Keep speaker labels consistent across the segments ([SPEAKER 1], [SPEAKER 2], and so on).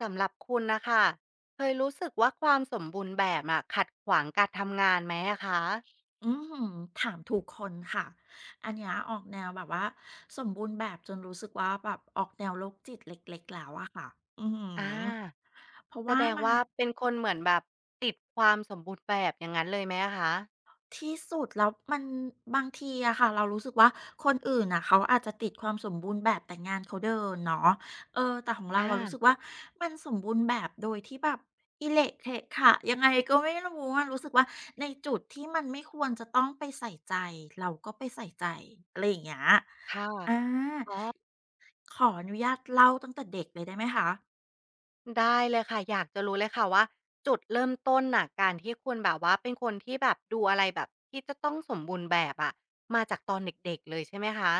[SPEAKER 1] สำหรับคุณนะค่ะเคยรู้สึกว่าความสมบูรณ์แบบอะขัดขวางการทำงานไหมอะคะ
[SPEAKER 2] อืมถามถูกคนค่ะ อันเนี้ยออกแนวแบบว่าสมบูรณ์แบบจนรู้สึกว่าแบบออกแนวโรคจิตเล็กๆแล้วอะค่ะอื
[SPEAKER 1] อ
[SPEAKER 2] อ
[SPEAKER 1] า
[SPEAKER 2] เพราะ
[SPEAKER 1] แส
[SPEAKER 2] ว่า
[SPEAKER 1] ดง
[SPEAKER 2] มัน
[SPEAKER 1] ว่าเป็นคนเหมือนแบบติดความสมบูรณ์แบบอย่างงั้นเลยไหมอะคะ
[SPEAKER 2] ที่สุดแล้วมันบางทีอะค่ะเรารู้สึกว่าคนอื่นอ่ะเขาอาจจะติดความสมบูรณ์แบบแต่งานเขาเดินเนาะเออแต่ของเรา
[SPEAKER 1] อา
[SPEAKER 2] อะรู้สึกว่ามันสมบูรณ์แบบโดยที่แบบอิเหละเขะค่ะยังไงก็ไม่รู้อะรู้สึกว่าในจุดที่มันไม่ควรจะต้องไปใส่ใจเราก็ไปใส่ใจอะไรอย่างเงี้ย
[SPEAKER 1] ค่ะ
[SPEAKER 2] อา
[SPEAKER 1] อ๋อ
[SPEAKER 2] ขออนุญาตเล่าตั้งแต่เด็กเลยได้ไหมคะ
[SPEAKER 1] ได้เลยค่ะ อยากจะรู้เลยค่ะว่าจุดเริ่มต้นน่ะการที่คุณแบบว่าเป็นคนที่แบบดูอะไรแบบที่จะต้องสมบูรณ์แบบอะมาจากตอนเด็กๆเลยใช่ไหมคะ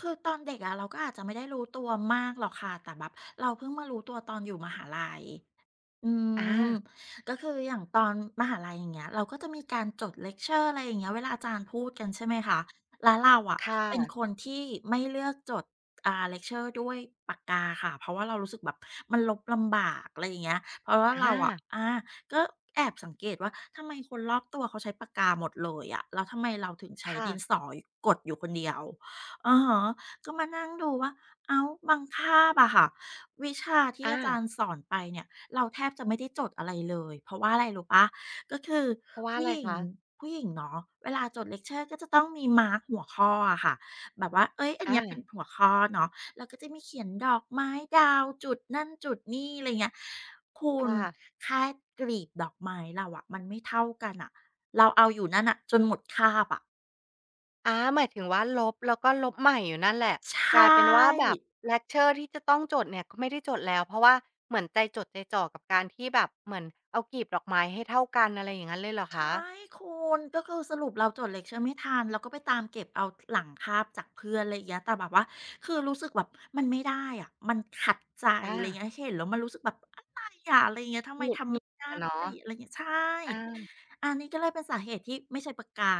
[SPEAKER 2] คือตอนเด็กอะเราก็อาจจะไม่ได้รู้ตัวมากหรอกค่ะ แต่แบบเราเพิ่งมารู้ตัวตอนอยู่มหาลัย อื
[SPEAKER 1] อา
[SPEAKER 2] มก็คืออย่างตอนมหาลัยอย่างเงี้ยเราก็จะมีการจดเลคเชอร์อะไรอย่างเงี้ยเวลาอาจารย์พูดกันใช่ไหมคะแล้วเราอะ
[SPEAKER 1] ค่ะ
[SPEAKER 2] เป็นคนที่ไม่เลือกจดเลคเชอร์ด้วยปากกาค่ะเพราะว่าเรารู้สึกแบบมันลบลำบากอะไรอย่างเงี้ยเพราะว่าเราอะ
[SPEAKER 1] อา
[SPEAKER 2] อาก็แอบสังเกตว่าทำไมคนรอบตัวเขาใช้ปากกาหมดเลยอะแล้วทำไมเราถึงใช้
[SPEAKER 1] ค่ะ
[SPEAKER 2] ดินสอกดอยู่คนเดียวอะฮะก็มานั่งดูว่าเอ้าบางคาบอะค่ะ วิชาที่
[SPEAKER 1] อา
[SPEAKER 2] อาจารย์สอนไปเนี่ยเราแทบจะไม่ได้จดอะไรเลยเพราะว่าอะไรรู้เปล่าก็คือ
[SPEAKER 1] เพราะว่า
[SPEAKER 2] ผู้
[SPEAKER 1] อะไร
[SPEAKER 2] หญิง
[SPEAKER 1] คะ
[SPEAKER 2] ผู้หญิงเนาะเวลาจดเลกเชอร์ก็จะต้องมีมาร์กหัวข้ออะค่ะแบบว่าเฮ้ยอัน
[SPEAKER 1] อา
[SPEAKER 2] เนี้ยเป็นหัวข้อเนาะเราก็จะมีเขียนดอกไม้ดาวจุดนั่นจุดนี่อะไรเงี้ยคุณ
[SPEAKER 1] ค่ะ
[SPEAKER 2] แค่กลีบดอกไม้เราอะมันไม่เท่ากันน่ะเราเอาอยู่นั่นน่ะจนหมดคาบอะ
[SPEAKER 1] อาหมายถึงว่าลบแล้วก็ลบใหม่อยู่นั่นแหละ
[SPEAKER 2] ใช
[SPEAKER 1] ก
[SPEAKER 2] ่
[SPEAKER 1] ลายเป็นว่าแบบเลกเชอร์ที่จะต้องจดเนี่ยก็ไม่ได้จดแล้วเพราะว่าเหมือนใจจดใจจ่อกับการที่แบบเหมือนเอากลีบดอกไม้ให้เท่ากันอะไรอย่างงั้นเลยเหรอ
[SPEAKER 2] ใช่
[SPEAKER 1] คะ
[SPEAKER 2] คุณก็คือสรุปเราจด Lecture ไม่ทันเราก็ไปตามเก็บเอาหลังคาบจากเพื่อนอะไรอย่างเงี้ยแต่แบบว่าคือรู้สึกแบบมันไม่ได้อะมันขัดใจอะ
[SPEAKER 1] อา
[SPEAKER 2] ไรเงี้ยเห็นแล้วมันรู้สึกแบบอะไรอะอะไรอย่างเงี้ยทำไม
[SPEAKER 1] หงุด
[SPEAKER 2] ทำ
[SPEAKER 1] หงิ
[SPEAKER 2] ไม่
[SPEAKER 1] ด
[SPEAKER 2] ได้
[SPEAKER 1] อะเนาะ
[SPEAKER 2] อะไรอย่างเงี้ยใช่
[SPEAKER 1] อา
[SPEAKER 2] อันนี้ก็เลยเป็นสาเหตุที่ไม่ใช้ปากกา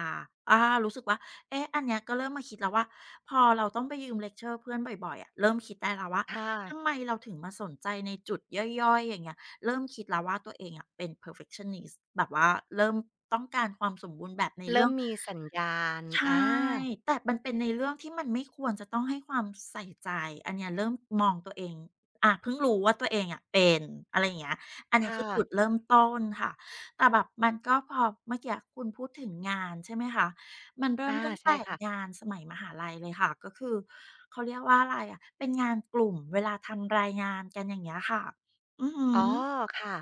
[SPEAKER 2] อารู้สึกว่าเอ๊ะอันเนี้ยก็เริ่มมาคิดแล้วว่าพอเราต้องไปยืม Lecture เพื่อนบ่อยๆอะเริ่มคิดได้แล้วว่า
[SPEAKER 1] ค่ะ
[SPEAKER 2] ทำไมเราถึงมาสนใจในจุดย่อยๆอย่างเงี้ย เริ่มคิดแล้วว่าตัวเองอะเป็น perfectionist แบบว่าเริ่มต้องการความสมบูรณ์แบบในเรื่
[SPEAKER 1] เริ่
[SPEAKER 2] อ
[SPEAKER 1] ม
[SPEAKER 2] ง
[SPEAKER 1] มีสัญญาณ
[SPEAKER 2] ใช่แต่มันเป็นในเรื่องที่มันไม่ควรจะต้องให้ความใส่ใจอันเนี้ยเริ่มมองตัวเองอาเพิ่งรู้ว่าตัวเองอะเป็นอะไรอย่างเงี้ยอันเนี้ยคื
[SPEAKER 1] ค่ะ
[SPEAKER 2] อจุดเริ่มต้นค่ะแต่แบบมันก็พอเมื่อกี้คุณพูดถึงงานใช่ไหมคะมันเริ่
[SPEAKER 1] อา
[SPEAKER 2] มตั้งแต่
[SPEAKER 1] ใช่ค่ะ
[SPEAKER 2] งานสมัยมหาลัยเลยค่ะก็คือเขาเรียกว่าอะไรอะเป็นงานกลุ่มเวลาทำรายงานกันอย่างเงี้ยค่ะอือฮ
[SPEAKER 1] อ๋อ
[SPEAKER 2] ึ
[SPEAKER 1] ค่ะ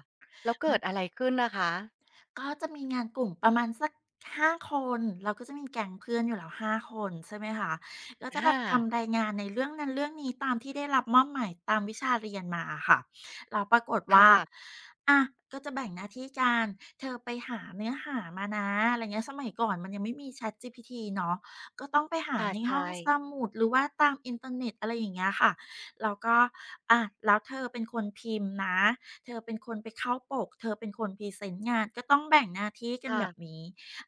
[SPEAKER 1] แล้วเกิดอะไรขึ้นนะคะ
[SPEAKER 2] ก็จะมีงานกลุ่มประมาณสักห้าคนเราก็จะมีแก๊งเพื่อนอยู่แล้วห้าคนใช่ไหมคะก็จะแบบ
[SPEAKER 1] อา
[SPEAKER 2] ทำรายงานในเรื่องนั้นเรื่องนี้ตามที่ได้รับมอบหมายตามวิชาเรียนมาอะค่ะแล้วปรากฏว่า
[SPEAKER 1] ค่ะ
[SPEAKER 2] อะก็จะแบ่งหน้าที่กันเธอไปหาเนื้อหามานะอะไรเงี้ยสมัยก่อนมันยังไม่มี ChatGPT เนาะก็ต้องไปหา
[SPEAKER 1] อา
[SPEAKER 2] ในห้อง
[SPEAKER 1] ใช่
[SPEAKER 2] สมุดหรือว่าตามอินเทอร์เน็ตอะไรอย่างเงี้ยค่ะแล้วก็อะแล้วเธอเป็นคนพิมพ์นะ เธอเป็นคนไปเข้าปกเธอเป็นคนพรีเซนต์งานก็ต้องแบ่งหน้าที่กัน
[SPEAKER 1] ค่ะ
[SPEAKER 2] แบบนี้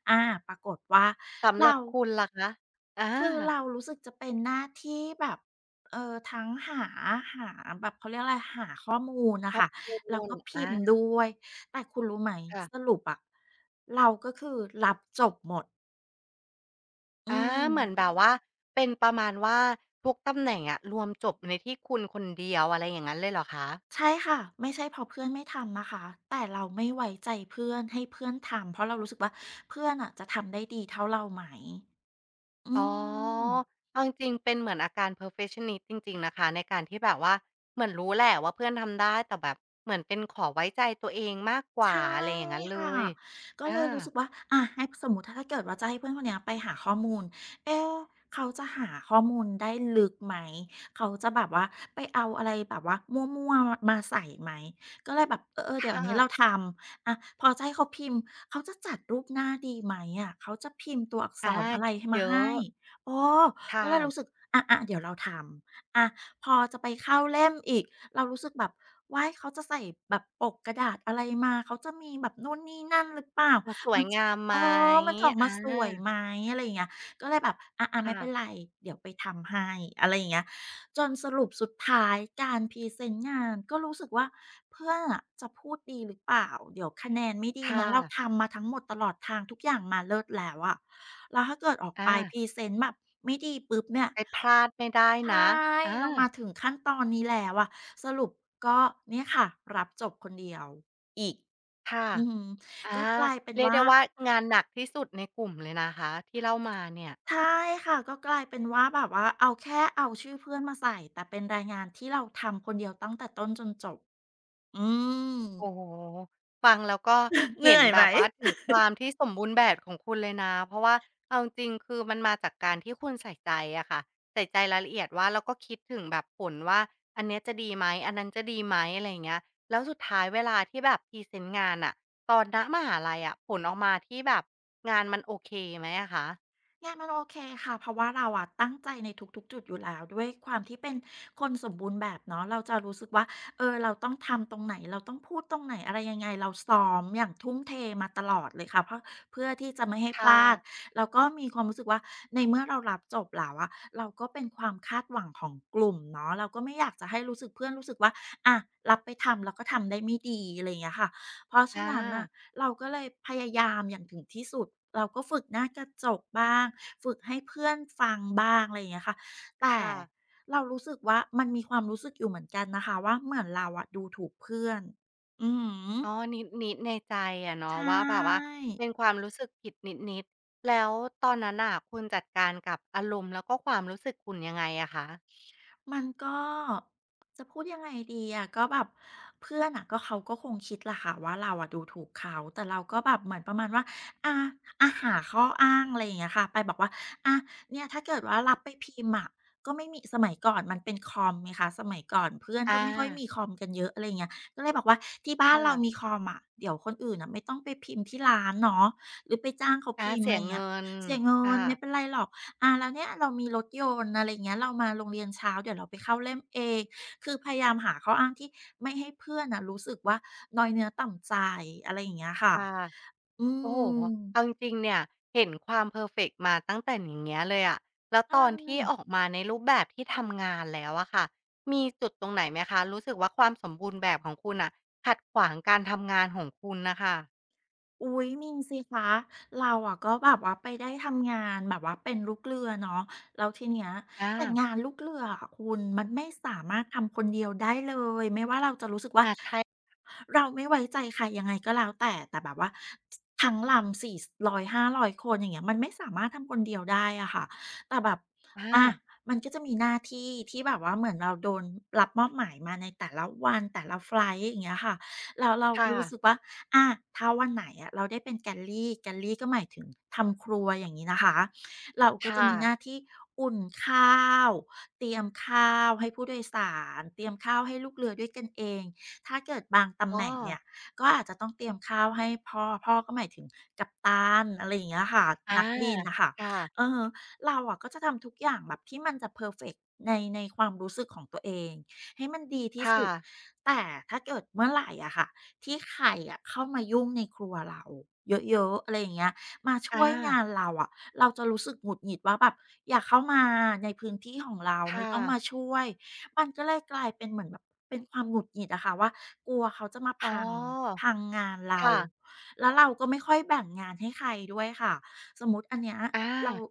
[SPEAKER 2] อาปรากฏว่า
[SPEAKER 1] สำหรั
[SPEAKER 2] เรา
[SPEAKER 1] บคุณล่ะคะอา
[SPEAKER 2] คือเรารู้สึกจะเป็นหน้าที่แบบทั้งหาหาแบบเขาเรียกอะไรหาข้อมูล
[SPEAKER 1] ฮ
[SPEAKER 2] น่ะ
[SPEAKER 1] อ
[SPEAKER 2] ค่ะ
[SPEAKER 1] ร์โม
[SPEAKER 2] แล้ว
[SPEAKER 1] น
[SPEAKER 2] ก็พิ
[SPEAKER 1] อา
[SPEAKER 2] มพ์ด้วยแต่คุณรู้ไหมส
[SPEAKER 1] ค่ะ
[SPEAKER 2] รุปอะเราก็คือรับจบหมดอื
[SPEAKER 1] อา
[SPEAKER 2] ม
[SPEAKER 1] เหมือนแบบว่าเป็นประมาณว่าทุกตำแหน่งอะรวมจบในที่คุณคนเดียวอะไรอย่างงั้นเลยเหรอคะ
[SPEAKER 2] ใช่ค่ะไม่ใช่เพราะเพื่อนไม่ทำนะคะแต่เราไม่ไว้ใจเพื่อนให้เพื่อนทำเพราะเรารู้สึกว่าเพื่อนน่ะจะทำได้ดีเท่าเราไหม อื
[SPEAKER 1] อ๋อ
[SPEAKER 2] ม
[SPEAKER 1] เอาจริงๆเป็นเหมือนอาการ perfectionist จริงๆนะคะในการที่แบบว่าเหมือนรู้แหละว่าเพื่อนทำได้แต่แบบเหมือนเป็นขอไว้ใจตัวเองมากกว่า
[SPEAKER 2] ใช่
[SPEAKER 1] อะไรอย่างงั้นเล
[SPEAKER 2] ค่ะ
[SPEAKER 1] ย
[SPEAKER 2] ก็
[SPEAKER 1] อา
[SPEAKER 2] เลยรู้สึกว่าอะให้สมมุติถ้าเกิดว่าจะให้เพื่อนคนเนี้ยไปหาข้อมูลเอ๊ะเขาจะหาข้อมูลได้ลึกไหมเขาจะแบบว่าไปเอาอะไรแบบว่ามั่วๆมาใส่ไหมก็เลยแบบเออๆเดี๋ยว
[SPEAKER 1] ค่ะ
[SPEAKER 2] นี้เราทำอะพอจะให้เขาพิมพ์เขาจะจัดรูปหน้าดีไหมอะเขาจะพิมพ์ตัวอักษ
[SPEAKER 1] อา
[SPEAKER 2] รอะไร
[SPEAKER 1] คิด
[SPEAKER 2] มา
[SPEAKER 1] เยอ
[SPEAKER 2] ให้
[SPEAKER 1] ะ
[SPEAKER 2] เออ
[SPEAKER 1] ค่ะ
[SPEAKER 2] ก็เลยรู้สึกอะๆเดี๋ยวเราทำอะพอจะไปเข้าเล่มอีก เรารู้สึกแบบว้ายเขาจะใส่แบบปกกระดาษอะไรมาเขาจะมีแบบนู่นนี่นั่นหรือเปล่า
[SPEAKER 1] จะสว
[SPEAKER 2] มั
[SPEAKER 1] ย
[SPEAKER 2] นจะ
[SPEAKER 1] งามไหม
[SPEAKER 2] เออมันจะออกมา
[SPEAKER 1] อา
[SPEAKER 2] สวยไหมอะไรอย่างเงี้ยก็เลยแบบอาๆ
[SPEAKER 1] ค่ะ
[SPEAKER 2] ไม่เป็นไรเดี๋ยวไปทำให้อะไรอย่างเงี้ยจนสรุปสุดท้ายการพรีเซนต์งานก็รู้สึกว่าเพื่อนอ่ะจะพูดดีหรือเปล่าเดี๋ยวคะแนนไม่ดีนะ
[SPEAKER 1] ค่ะ
[SPEAKER 2] เราทำมาทั้งหมดตลอดทางทุกอย่างมาเลิศแล้วอะแล้วถ้าเกิดออกไป
[SPEAKER 1] อา
[SPEAKER 2] พรีเซนต์แบบไม่ดีปุ๊บเนี่ย
[SPEAKER 1] ไปพลาดไม่ได้
[SPEAKER 2] ใช่
[SPEAKER 1] นะอา
[SPEAKER 2] เรามาถึงขั้นตอนนี้แล้วอะสรุปก็เนี่ยค่ะรับจบคนเดียวอีก
[SPEAKER 1] ค่ะ
[SPEAKER 2] อือฮึก็
[SPEAKER 1] อา
[SPEAKER 2] กลายเป็น
[SPEAKER 1] เรียก
[SPEAKER 2] ว่า
[SPEAKER 1] ได้ว่างานหนักที่สุดในกลุ่มเลยนะคะที่เล่ามาเนี่ย
[SPEAKER 2] ใช่ค่ะก็กลายเป็นว่าแบบว่าเอาแค่เอาชื่อเพื่อนมาใส่แต่เป็นรายงานที่เราทำคนเดียวตั้งแต่ต้นจนจบอืม
[SPEAKER 1] โอ้โฮฟังแล้วก็
[SPEAKER 2] เห
[SPEAKER 1] เห็
[SPEAKER 2] นื่
[SPEAKER 1] น
[SPEAKER 2] อย
[SPEAKER 1] แบ
[SPEAKER 2] ไหม
[SPEAKER 1] บว่าถึงความที่สมบูรณ์แบบของคุณเลยนะเพราะว่าเอาจริงๆคือมันมาจากการที่คุณใส่ใจอะค่ะใส่ใจรายละเอียดว่าแล้วก็คิดถึงแบบผลว่าอันเนี้ยจะดีไหมอันนั้นจะดีไหมอะไรอย่างเงี้ยแล้วสุดท้ายเวลาที่แบบพรีเซนต์งานน่ะตอนณมหาลัยอะผลออกมาที่แบบงานมันโอเคไหมอะคะ
[SPEAKER 2] งานมันโอเคค่ะเพราะว่าเราอะตั้งใจในทุกๆจุดอยู่แล้วด้วยความที่เป็นคนสมบูรณ์แบบเนาะเราจะรู้สึกว่าเออเราต้องทำตรงไหนเราต้องพูดตรงไหนอะไรยังไงเราซ้อมอย่างทุ่มเทมาตลอดเลยค่ะเพราะเพื่อที่จะไม่ให้พ
[SPEAKER 1] ค่ะ
[SPEAKER 2] ลาดแล้วก็มีความรู้สึกว่าในเมื่อเรารับจบแล้วอะเราก็เป็นความคาดหวังของกลุ่มเนาะเราก็ไม่อยากจะให้รู้สึกเพื่อนรู้สึกว่าอะรับไปทำแล้วก็ทำได้ไม่ดีอะไรอย่างเงี้ยค่ะเพราะฉะ
[SPEAKER 1] อา
[SPEAKER 2] นั้นอะ เราก็เลยพยายามอย่างถึงที่สุดเราก็ฝึกหน้ากระจกบ้างฝึกให้เพื่อนฟังบ้างอะไรอย่างเงี้ยค่ะแต่
[SPEAKER 1] ค่ะ
[SPEAKER 2] เรารู้สึกว่ามันมีความรู้สึกอยู่เหมือนกันนะคะว่าเหมือนเราอะดูถูกเพื่อนอือฮึ
[SPEAKER 1] อ๋อนิดๆในใจอะเนาะ
[SPEAKER 2] ใช่
[SPEAKER 1] ว่าแบบว่าเป็นความรู้สึกผิดนิดๆแล้วตอนนั้นน่ะคุณจัดการกับอารมณ์แล้วก็ความรู้สึกคุณยังไงอะคะ
[SPEAKER 2] มันก็จะพูดยังไงดีอะก็แบบเพื่อนอะก็เขาก็คงคิดแหละค่ะว่าเราอะดูถูกเขาแต่เราก็แบบเหมือนประมาณว่าอาอาหาข้ออ้างอะไรอย่างเงี้ยค่ะไปบอกว่าอะเนี่ยถ้าเกิดว่ารับไปพิมพ์อะก็ไม่มีสมัยก่อนมันเป็นคอมไหมคะสมัยก่อนเพื่อนก็
[SPEAKER 1] อา
[SPEAKER 2] ไม่ค่อยมีคอมกันเยอะอะไรอาเงี้ยก็เลยบอกว่าที่บ้านเรา
[SPEAKER 1] ค่ะ
[SPEAKER 2] มีคอมอะเดี๋ยวคนอื่นอะไม่ต้องไปพิมพ์ที่ร้านเนาะหรือไปจ้างเขา
[SPEAKER 1] อา
[SPEAKER 2] พิมพ์อะ
[SPEAKER 1] เสี
[SPEAKER 2] ไร
[SPEAKER 1] ย
[SPEAKER 2] เงี้ย
[SPEAKER 1] เงิน
[SPEAKER 2] เสียเงิน
[SPEAKER 1] ค่ะ
[SPEAKER 2] ไม่เป็นไรหรอก อ่าแล้วเนี่ยเรามีรถยนต์อะไรอย่างเงี้ยเรามาโรงเรียนเช้าเดี๋ยวเราไปเข้าเล่มเองคือพยายามหาข้ออ้างที่ไม่ให้เพื่อนน่ะรู้สึกว่าน้อยเนื้อต่ำใจอะไรอย่างเงี้ยค่ะ
[SPEAKER 1] ค่ะ
[SPEAKER 2] อื
[SPEAKER 1] โอ้โฮ
[SPEAKER 2] ม
[SPEAKER 1] เอาจริงๆเนี่ยเห็นความเพอร์เฟกต์มาตั้งแต่อย่างเงี้ยเลยอะแล้ว
[SPEAKER 2] ใช
[SPEAKER 1] ตอนที่ออ
[SPEAKER 2] ่
[SPEAKER 1] กมาในรูปแบบที่ทำงานแล้วอะค่ะมีจุดตรงไหนไหมคะรู้สึกว่าความสมบูรณ์แบบของคุณน่ะขัดขวางการทำงานของคุณน่ะค่ะ
[SPEAKER 2] อุ๊ยมีสิคะเราอะก็แบบว่าไปได้ทำงานแบบว่าเป็นลูกเรือเนาะแล้วทีเนี้ย
[SPEAKER 1] อา
[SPEAKER 2] แต่งานลูกเรืออะคุณมันไม่สามารถทำคนเดียวได้เลยไม่ว่าเราจะรู้สึกว่า
[SPEAKER 1] อาใช่
[SPEAKER 2] เราไม่ไว้ใจใครยังไงก็แล้วแต่แต่แบบว่าททั้งลำ400-500คนอย่างเงี้ยมันไม่สามารถทำคนเดียวได้อะค่ะแต่แบบ
[SPEAKER 1] อา
[SPEAKER 2] อามันก็จะมีหน้าที่ที่แบบว่าเหมือนเราโดนรับมอบหมายมาในแต่ละวันแต่ละไฟลต์อย่างเงี้ยค่ะแล้วเราก็
[SPEAKER 1] ค่ะ
[SPEAKER 2] รู้สึกว่า อะถ้าวันไหนอะเราได้เป็นแกลลี่แกลลี่ก็หมายถึงทำครัวอย่างนี้นะคะเราก็จะ
[SPEAKER 1] ค่ะ
[SPEAKER 2] มีหน้าที่อุ่นข้าวเตรียมข้าวให้ผู้โดยสารเตรียมข้าวให้ลูกเรือด้วยกันเองถ้าเกิดบางตำ
[SPEAKER 1] อ๋อ
[SPEAKER 2] แหน่งเนี่ยก็อาจจะต้องเตรียมข้าวให้พ่อก็หมายถึงกัปตันอะไรอย่างเงี้ยค่ะ
[SPEAKER 1] อา
[SPEAKER 2] นักบินน่ะค่ะเอ
[SPEAKER 1] ค่ะ
[SPEAKER 2] อเราอะก็จะทำทุกอย่างแบบที่มันจะเพอร์เฟกต์ในความรู้สึกของตัวเองให้มันดีที่
[SPEAKER 1] ค่ะ
[SPEAKER 2] สุดแต่ถ้าเกิดเมื่อไหร่อะค่ะ ที่ใครอะเข้ามายุ่งในครัวเราเยอะๆอะไรอย่างเงี้ยมาช่ว
[SPEAKER 1] อา
[SPEAKER 2] ยงานเราอะเราจะรู้สึกหงุดหงิดว่าแบบอย่าเข้ามาในพื้นที่ของเราไม่
[SPEAKER 1] ค่ะ
[SPEAKER 2] ต้องมาช่วยมันก็เลยกลายเป็นเหมือนแบบเป็นความหงุดหงิดอะค่ะว่ากลัวเขาจะมา
[SPEAKER 1] อ๋อ
[SPEAKER 2] พังพังงานเรา
[SPEAKER 1] ค่ะ
[SPEAKER 2] แล้วเราก็ไม่ค่อยแบ่งงานให้ใครด้วยค่ะสมมุติอันเนี้ยเรา
[SPEAKER 1] อา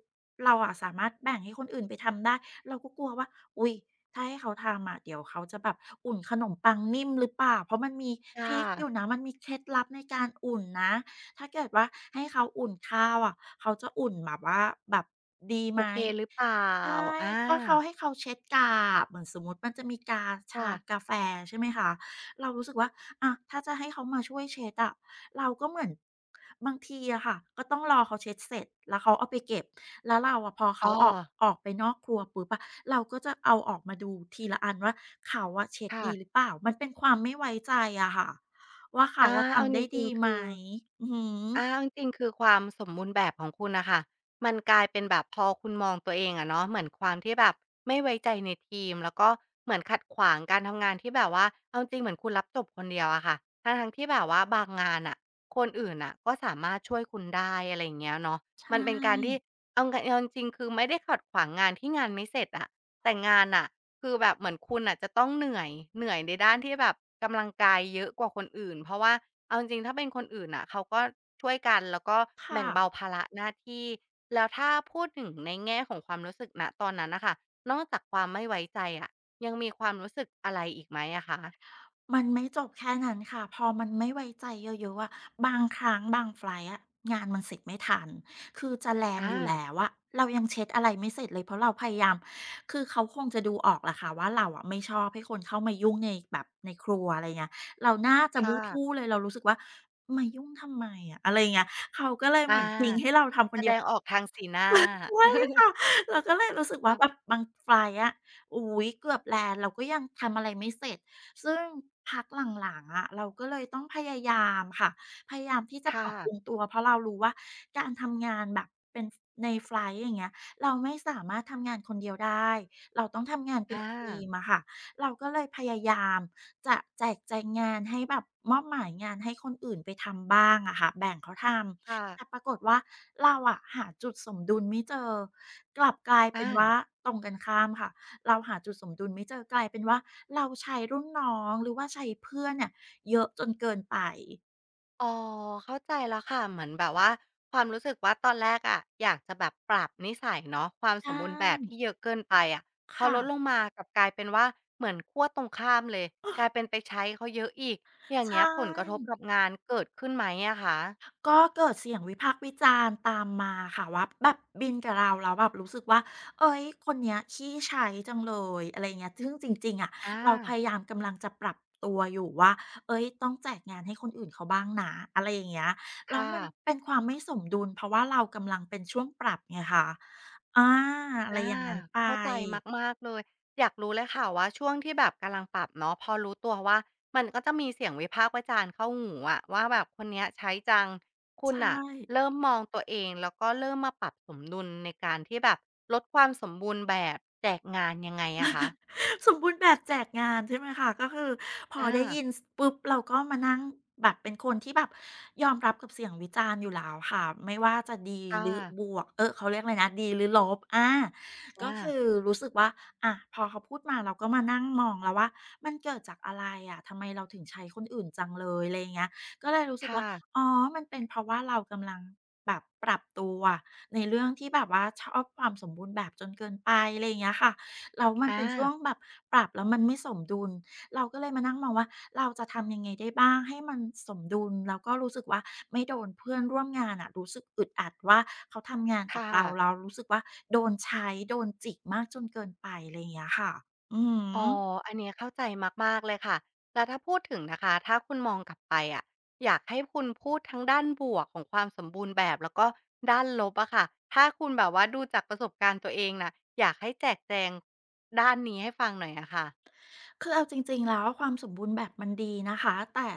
[SPEAKER 2] เราอะสามารถแบ่งให้คนอื่นไปทำได้เราก็กลัวว่าอุ๊ย ถ้าให้เขาทำอะเดี๋ยวเขาจะแบบอุ่นขนมปังนิ่มหรือเปล่าเพราะมันมีท
[SPEAKER 1] ค่ะ
[SPEAKER 2] ริกอยู่นะมันมีเคล็ดลับในการอุ่นนะถ้าเกิดว่าให้เขาอุ่นข้าวอะเขาจะอุ่นแบบว่าแบบดี
[SPEAKER 1] โอ
[SPEAKER 2] ไหม
[SPEAKER 1] เคหรือเปล่า
[SPEAKER 2] ใช่
[SPEAKER 1] อา
[SPEAKER 2] ถ้าเขาให้เขาเช็ดกาบเหมือนสมมุติมันจะมีกาชา
[SPEAKER 1] ค่ะ
[SPEAKER 2] กาแฟใช่ไหมคะเรารู้สึกว่าอะถ้าจะให้เขามาช่วยเช็ดอะเราก็เหมือนบางทีอะค่ะก็ต้องรอเขาเช็ดเสร็จแล้วเขาเอาไปเก็บแล้วเราอะพอเขา
[SPEAKER 1] อ้อ
[SPEAKER 2] ออกออกไปนอกครัวปุ๊บอะเราก็จะเอาออกมาดูทีละอันว่าเขาอะเช็ดดีหรือ
[SPEAKER 1] ค่ะ
[SPEAKER 2] เปล่ามันเป็นความไม่ไว้ใจอะค่ะว่าเขา
[SPEAKER 1] อา
[SPEAKER 2] อะ
[SPEAKER 1] เอา
[SPEAKER 2] ทำ
[SPEAKER 1] จ
[SPEAKER 2] ได้
[SPEAKER 1] ริ
[SPEAKER 2] ดี
[SPEAKER 1] งๆ
[SPEAKER 2] ไหม
[SPEAKER 1] คือ
[SPEAKER 2] อือฮึ
[SPEAKER 1] อาจริงๆคือความสมบูรณ์แบบของคุณนะคะมันกลายเป็นแบบพอคุณมองตัวเองอะเนาะเหมือนความที่แบบไม่ไว้ใจในทีมแล้วก็เหมือนขัดขวางการทำงานที่แบบว่าเอาจริงๆเหมือนคุณรับจบคนเดียวอะค่ะทั้งทงที่แบบว่าบางงานอะคนอื่นอะก็สามารถช่วยคุณได้อะไรอย่างเงี้ยเนาะ
[SPEAKER 2] ใช
[SPEAKER 1] มันเป็นการที่
[SPEAKER 2] ่
[SPEAKER 1] เอาจริงๆคือไม่ได้ขัดขวางงานที่งานไม่เสร็จอะแต่งานอะคือแบบเหมือนคุณอะจะต้องเหนื่อยในด้านที่แบบกำลังกายเยอะกว่าคนอื่นเพราะว่า เอาจริงๆถ้าเป็นคนอื่นน่ะเขาก็ช่วยกันแล้วก็
[SPEAKER 2] ค่ะ
[SPEAKER 1] แบ่งเบาภาระหน้าที่แล้วถ้าพูดถึงในแง่ของความรู้สึกณตอนนั้นน่ะค่ะนอกจากความไม่ไว้ใจอะยังมีความรู้สึกอะไรอีกไหมอะคะ
[SPEAKER 2] มันไม่จบแค่นั้นค่ะพอมันไม่ไว้ใจเยอะๆอะบางครั้งบางไฟลต์อะงานมันเสร็จไม่ทันคือจะแลนด์อยู่
[SPEAKER 1] อา
[SPEAKER 2] แล้วอะเรายังเช็ดอะไรไม่เสร็จเลยเพราะเราพยายามคือเขาคงจะดูออกแหละค่ะว่าเราอะไม่ชอบให้คนเข้ามายุ่งในแบบในครัวอะไรเงี้ยเราน่าจะ
[SPEAKER 1] ค
[SPEAKER 2] มูทู่
[SPEAKER 1] ่ะ
[SPEAKER 2] เลยเรารู้สึกว่ามายุ่งทำไมอะอะไรยเงี้ยเขาก็เลยเหมื
[SPEAKER 1] อา
[SPEAKER 2] อนทิ้งให้เราทำคน
[SPEAKER 1] แส
[SPEAKER 2] เดี
[SPEAKER 1] ด
[SPEAKER 2] ยว
[SPEAKER 1] งออกทางสีหน้า
[SPEAKER 2] ใช่ ค่ะเราก็เลยรู้สึกว่าแบ
[SPEAKER 1] ค่ะ
[SPEAKER 2] บบางไฟล์อะอุ๊ยเกือบแลนด์เราก็ยังทำอะไรไม่เสร็จซึ่งพักหลังๆอะเราก็เลยต้องพยายามค่ะพยายามที่จะป
[SPEAKER 1] ค่ะ
[SPEAKER 2] รับปรุงตัวเพราะเรารู้ว่าการทำงานแบบเป็นฟในไฟลต์อย่างเงี้ยเราไม่สามารถทำงานคนเดียวได้เราต้องทำงานเป็น
[SPEAKER 1] อา
[SPEAKER 2] ทีมอะค่ะเราก็เลยพยายามจะแจกแจงงานให้แบบมอบหมายงานให้คนอื่นไปทำบ้างอะค่ะแบ่งเขาทำ แต่
[SPEAKER 1] ค่ะ
[SPEAKER 2] ปรากฏว่าเราอะหาจุดสมดุลไม่เจอกลับกลายเป็
[SPEAKER 1] อา
[SPEAKER 2] นว่าตรงกันข้ามค่ะเราหาจุดสมดุลไม่เจอกลายเป็นว่าเราใช้รุ่นน้องหรือว่าใช้เพื่อนเนี่ยเยอะจนเกินไป
[SPEAKER 1] อ๋อเข้าใจแล้วค่ะเหมือนแบบว่าความรู้สึกว่าตอนแรกอะอยากจะแบบปรับนิสัยเนาะความสม
[SPEAKER 2] ใช่
[SPEAKER 1] บูรณ์แบบที่เยอะเกินไปอะพอ
[SPEAKER 2] ค่ะ
[SPEAKER 1] ลดลงมากลับกลายเป็นว่าเหมือนขั้วตรงข้ามเลยกลายเป็นไปใช้เขาเยอะอีกอย่าง
[SPEAKER 2] ใช่
[SPEAKER 1] เงี้ยผลกระทบกับงานเกิดขึ้นไหมอะคะ
[SPEAKER 2] ก็เกิดเสียงวิพากษ์วิจารณ์ตามมาค่ะว่าแบบบินกับเราแล้วแบบรู้สึกว่าเอ้ยคนเนี้ยขี้ใช้จังเลยอะไรเงี้ยซึ่งจริงๆอะ
[SPEAKER 1] อา
[SPEAKER 2] เราพยายามกำลังจะปรับตัวอยู่ว่าเอ้ยต้องแจกงานให้คนอื่นเขาบ้างนะอะไรอย่างเงี้ยแล้ว
[SPEAKER 1] ค่ะ
[SPEAKER 2] มันเป็นความไม่สมดุลเพราะว่าเรากำลังเป็นช่วงปรับไงคะอาอะไร
[SPEAKER 1] อา
[SPEAKER 2] อย่างงั้นไป
[SPEAKER 1] เข้าใจมากๆเลยอยากรู้เลยค่ะว่าช่วงที่แบบกำลังปรับเนาะพอรู้ตัวว่ามันก็จะมีเสียงวิพากษ์วิจารณ์เข้าหูอะว่าแบบคนเนี้ยใช้จังคุณ
[SPEAKER 2] ใช่
[SPEAKER 1] น่ะเริ่มมองตัวเองแล้วก็เริ่มมาปรับสมดุลในการที่แบบลดความสมบูรณ์แบบแจกงานยังไงอะคะ
[SPEAKER 2] สมบูรณ์แบบแจกงานใช่ไหมคะก็คือพอ
[SPEAKER 1] อา
[SPEAKER 2] ได้ยินปุ๊บเราก็มานั่งแบบเป็นคนที่แบบยอมรับกับเสียงวิจารณ์อยู่แล้วค่ะไม่ว่าจะดีห
[SPEAKER 1] ค่ะ
[SPEAKER 2] รือบวกเออเขาเรียกอะไรนะดีหรือลบก็
[SPEAKER 1] อา
[SPEAKER 2] คือรู้สึกว่าอะพอเขาพูดมาเราก็มานั่งมองแล้วว่ามันเกิดจากอะไรอะทำไมเราถึงใช้คนอื่นจังเลยอะไรอย่างเงี้ยก็เลยรู้สึกว่า
[SPEAKER 1] ค่ะ
[SPEAKER 2] อ๋อมันเป็นเพราะว่าเรากำลังแบบปรับตัวในเรื่องที่แบบว่าชอบความสมบูรณ์แบบจนเกินไปอะไรอย่างเงี้ยค่ะ แล้วมัน
[SPEAKER 1] อา
[SPEAKER 2] เป็นช่วงแบบปรับแล้วมันไม่สมดุลเราก็เลยมานั่งมองว่าเราจะทำยังไงได้บ้างให้มันสมดุลแล้วก็รู้สึกว่าไม่โดนเพื่อนร่วมงานอะรู้สึกอึดอัดว่าเขาทำงานกับ
[SPEAKER 1] ค่ะ
[SPEAKER 2] เราเรารู้สึกว่าโดนใช้โดนจิกมากจนเกินไปอะไรอย่างเงี้ยค่ะอือ
[SPEAKER 1] อ๋อ
[SPEAKER 2] ฮึ
[SPEAKER 1] อันเนี้ยเข้าใจมากๆเลยค่ะแล้วถ้าพูดถึงนะคะถ้าคุณมองกลับไปอะอยากให้คุณพูดทั้งด้านบวกของความสมบูรณ์แบบแล้วก็ด้านลบอะค่ะถ้าคุณแบบว่าดูจากประสบการณ์ตัวเองน่ะอยากให้แจกแจงด้านนี้ให้ฟังหน่อยอะค่ะ
[SPEAKER 2] คือเอาจริงๆแล้วความสมบูรณ์แบบมันดีนะคะแต่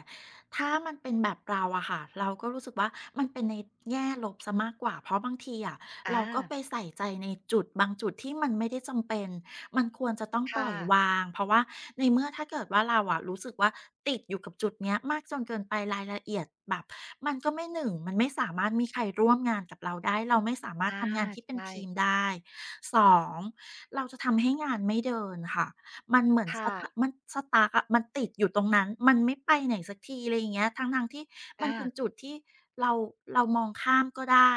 [SPEAKER 2] ถ้ามันเป็นแบบเราอะค่ะเราก็รู้สึกว่ามันเป็นในแง่ลบเสียมากกว่าเพราะบางทีอะ
[SPEAKER 1] อา
[SPEAKER 2] เราก็ไปใส่ใจในจุดบางจุดที่มันไม่ได้จำเป็นมันควรจะต้องปล่
[SPEAKER 1] ค่ะ
[SPEAKER 2] อยวางเพราะว่าในเมื่อถ้าเกิดว่าเราอะรู้สึกว่าติดอยู่กับจุดเนี้ยมากจนเกินไปรายละเอียดแบบมันก็ไม่หนึ่งมันไม่สามารถมีใครร่วมงานกับเราได้เราไม่สามารถ
[SPEAKER 1] อา
[SPEAKER 2] ทำงานที่เป็น
[SPEAKER 1] ใช่
[SPEAKER 2] ทีมได้สองเราจะทำให้งานไม่เดินค่ะ มันเหมือน
[SPEAKER 1] ค
[SPEAKER 2] สตา
[SPEAKER 1] ่ะ
[SPEAKER 2] มันสต uck อะมันติดอยู่ตรงนั้น มันไม่ไปไหนสักทีอะไรอย่างเงี้ยทั้งๆที่มัน
[SPEAKER 1] อา
[SPEAKER 2] เป็นจุดที่เราเรามองข้ามก็ได้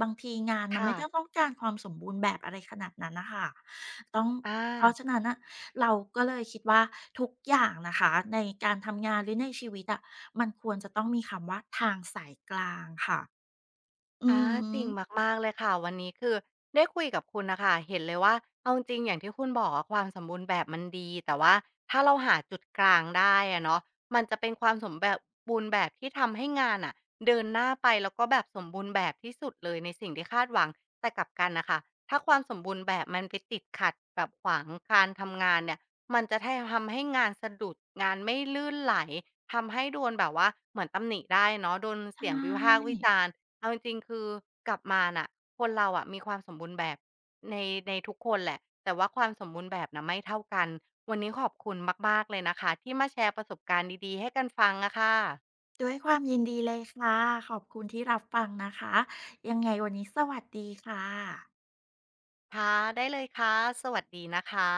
[SPEAKER 2] บางทีงานมัน
[SPEAKER 1] ค่ะ
[SPEAKER 2] ไม่ได้ต้องการความสมบูรณ์แบบอะไรขนาดนั้นน่ะค่ะต้อง
[SPEAKER 1] อา
[SPEAKER 2] เพราะฉะนั้นน่ะเราก็เลยคิดว่าทุกอย่างนะคะในการทำงานหรือในชีวิตอะมันควรจะต้องมีคำว่าทางสายกลางค่ะอื
[SPEAKER 1] อา
[SPEAKER 2] อฮึ
[SPEAKER 1] จริงมากๆเลยค่ะวันนี้คือได้คุยกับคุณนะคะเห็นเลยว่าเอาจริงอย่างที่คุณบอกอะความสมบูรณ์แบบมันดีแต่ว่าถ้าเราหาจุดกลางได้อะเนาะมันจะเป็นความสมแบบบูรณ์แบบที่ทำให้งานอ่ะเดินหน้าไปแล้วก็แบบสมบูรณ์แบบที่สุดเลยในสิ่งที่คาดหวังแต่กลับกันนะคะถ้าความสมบูรณ์แบบมันไปติดขัดแบบขวางการทำงานเนี่ยมันจะททำให้งานสะดุดงานไม่ลื่นไหลทำให้โดนแบบว่าเหมือนตำหนิได้เนาะโดน
[SPEAKER 2] ใช
[SPEAKER 1] เสียงวิพากษ์วิ
[SPEAKER 2] ่
[SPEAKER 1] จารณ์ เอาจริงๆคือกลับมาน่ะคนเราอะมีความสมบูรณ์แบบในในทุกคนแหละแต่ว่าความสมบูรณ์แบบน่ะไม่เท่ากันวันนี้ขอบคุณมากๆเลยนะคะที่มาแชร์ประสบการณ์ดีๆให้กันฟังอะค่ะ
[SPEAKER 2] ด้วยความยินดีเลยค่ะขอบคุณที่รับฟังนะคะยังไงวันนี้สวัสดีค่ะ
[SPEAKER 1] ค่ะได้เลยค่ะสวัสดีนะคะ